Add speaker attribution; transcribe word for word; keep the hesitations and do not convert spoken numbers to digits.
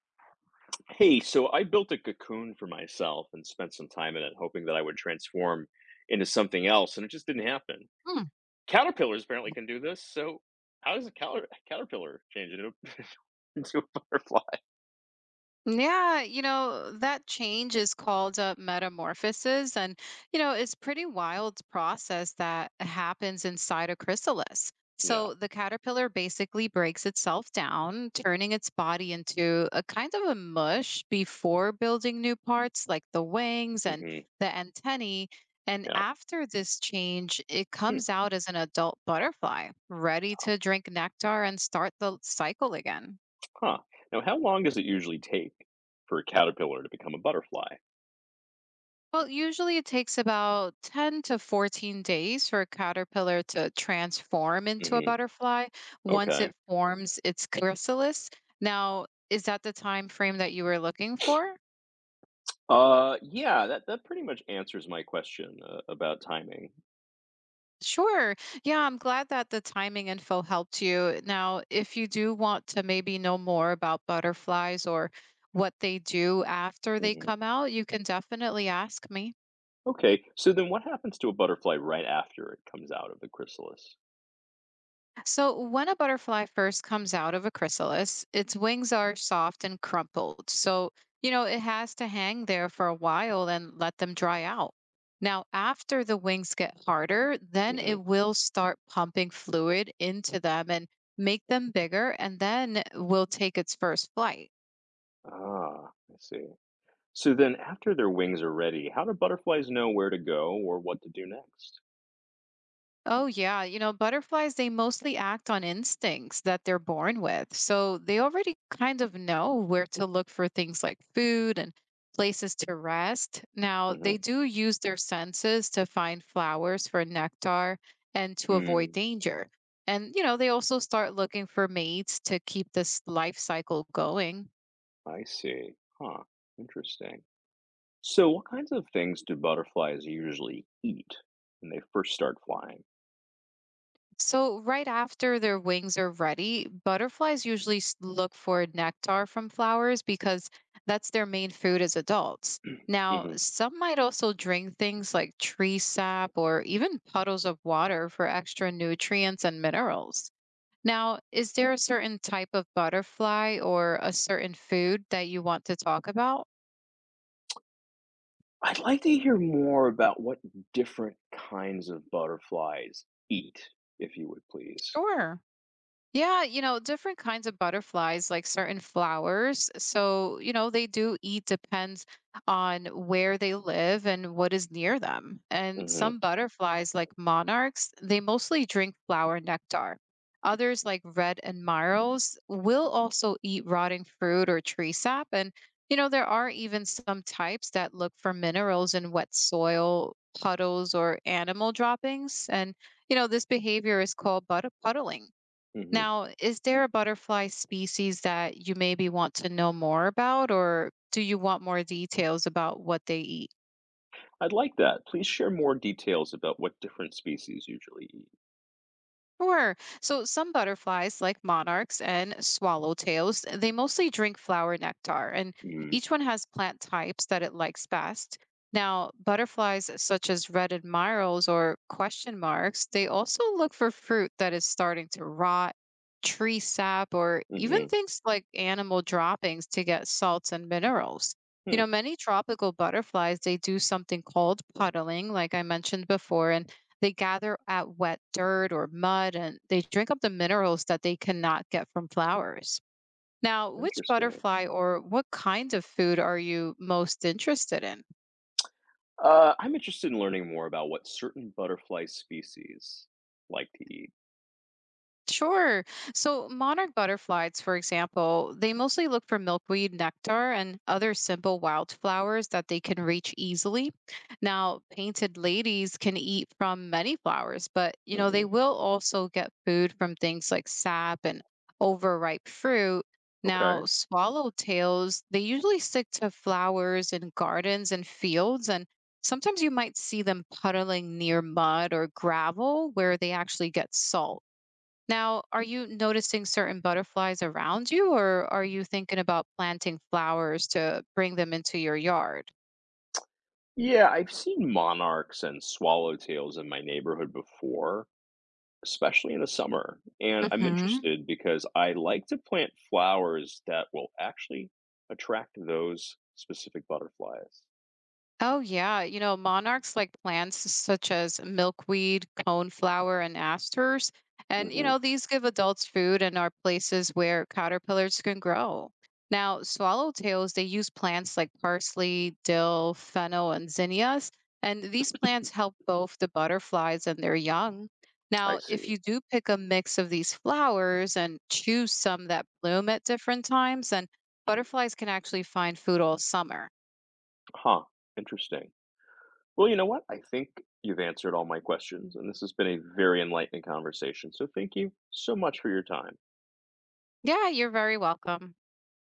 Speaker 1: Hey, so I built a cocoon for myself and spent some time in it, hoping that I would transform into something else, and it just didn't happen.
Speaker 2: Mm.
Speaker 1: Caterpillars apparently can do this, so how does a cater- caterpillar change into, into a butterfly?
Speaker 2: Yeah, you know, that change is called uh, metamorphosis. And, you know, it's pretty wild process that happens inside a chrysalis.
Speaker 1: Yeah.
Speaker 2: So the caterpillar basically breaks itself down, turning its body into a kind of a mush before building new parts like the wings and
Speaker 1: Hmm.
Speaker 2: the antennae. And
Speaker 1: Yeah.
Speaker 2: after this change, it
Speaker 1: Hmm.
Speaker 2: comes out as an adult butterfly, ready to drink nectar and start the cycle again.
Speaker 1: Huh. Now, how long does it usually take for a caterpillar to become a butterfly?
Speaker 2: Well, usually it takes about ten to fourteen days for a caterpillar to transform into a
Speaker 1: Hmm.
Speaker 2: butterfly once it
Speaker 1: Okay.
Speaker 2: forms its chrysalis. Now, is that the time frame that you were looking for?
Speaker 1: Uh, yeah, that, that pretty much answers my question uh, about timing.
Speaker 2: Sure. Yeah, I'm glad that the timing info helped you. Now, if you do want to maybe know more about butterflies or what they do after they
Speaker 1: Hmm.
Speaker 2: come out, you can definitely ask me.
Speaker 1: Okay, so then what happens to a butterfly right after it comes out of the chrysalis?
Speaker 2: So, when a butterfly first comes out of a chrysalis, its wings are soft and crumpled. So, you know, it has to hang there for a while and let them dry out. Now, after the wings get harder, then it
Speaker 1: Hmm.
Speaker 2: will start pumping fluid into them and make them bigger, and then will take its first flight.
Speaker 1: Ah, I see. So then, after their wings are ready, how do butterflies know where to go or what to do next?
Speaker 2: Oh, yeah. You know, butterflies, they mostly act on instincts that they're born with. So they already kind of know where to look for things like food and places to rest. Now,
Speaker 1: Hmm.
Speaker 2: they do use their senses to find flowers for nectar and to avoid
Speaker 1: Mm,
Speaker 2: danger. And, you know, they also start looking for mates to keep this life cycle going.
Speaker 1: I see. Huh. Interesting. So, what kinds of things do butterflies usually eat when they first start flying?
Speaker 2: So, right after their wings are ready, butterflies usually s- look for nectar from flowers because that's their main food as adults. Now,
Speaker 1: Hmm.
Speaker 2: some might also drink things like tree sap or even puddles of water for extra nutrients and minerals. Now, is there a certain type of butterfly or a certain food that you want to talk about?
Speaker 1: I'd like to hear more about what different kinds of butterflies eat, if you would please.
Speaker 2: Sure. Yeah, you know, different kinds of butterflies, like certain flowers. So, you know, they do eat depends on where they live and what is near them. And some
Speaker 1: Hmm.
Speaker 2: butterflies, like monarchs, they mostly drink flower nectar. Others, like red and marrows, will also eat rotting fruit or tree sap. And, you know, there are even some types that look for minerals in wet soil, puddles, or animal droppings. And, you know, this behavior is called bud- puddling.
Speaker 1: Hmm.
Speaker 2: Now, is there a butterfly species that you maybe want to know more about, or do you want more details about what they eat?
Speaker 1: I'd like that. Please share more details about what different species usually eat.
Speaker 2: Sure. So some butterflies, like monarchs and swallowtails, they mostly drink flower nectar, and
Speaker 1: Mm-hmm.
Speaker 2: each one has plant types that it likes best. Now, butterflies such as red admirals or question marks, they also look for fruit that is starting to rot, tree sap, or even
Speaker 1: Mm-hmm.
Speaker 2: things like animal droppings to get salts and minerals. You
Speaker 1: Hmm,
Speaker 2: know, many tropical butterflies, they do something called puddling, like I mentioned before, and they gather at wet dirt or mud and they drink up the minerals that they cannot get from flowers. Now, which
Speaker 1: Interesting.
Speaker 2: butterfly or what kind of food are you most interested in?
Speaker 1: Uh, I'm interested in learning more about what certain butterfly species like to eat.
Speaker 2: Sure. So monarch butterflies, for example, they mostly look for milkweed, nectar, and other simple wildflowers that they can reach easily. Now, painted ladies can eat from many flowers, but you know,
Speaker 1: Hmm.
Speaker 2: they will also get food from things like sap and overripe fruit. Now,
Speaker 1: Okay.
Speaker 2: swallowtails, they usually stick to flowers in gardens and fields, and sometimes you might see them puddling near mud or gravel where they actually get salt. Now, are you noticing certain butterflies around you, or are you thinking about planting flowers to bring them into your yard?
Speaker 1: Yeah, I've seen monarchs and swallowtails in my neighborhood before, especially in the summer. And I'm
Speaker 2: Hmm.
Speaker 1: interested because I like to plant flowers that will actually attract those specific butterflies.
Speaker 2: Oh, yeah. You know, monarchs like plants such as milkweed, coneflower, and asters. And, you
Speaker 1: Hmm.
Speaker 2: know, these give adults food and are places where caterpillars can grow. Now, swallowtails, they use plants like parsley, dill, fennel, and zinnias. And these plants help both the butterflies and their young.
Speaker 1: I
Speaker 2: Now, if you
Speaker 1: see.
Speaker 2: do pick a mix of these flowers and choose some that bloom at different times, then butterflies can actually find food all summer.
Speaker 1: Huh. Interesting. Well, you know what? I think you've answered all my questions, and this has been a very enlightening conversation. So thank you so much for your time.
Speaker 2: Yeah, you're very welcome.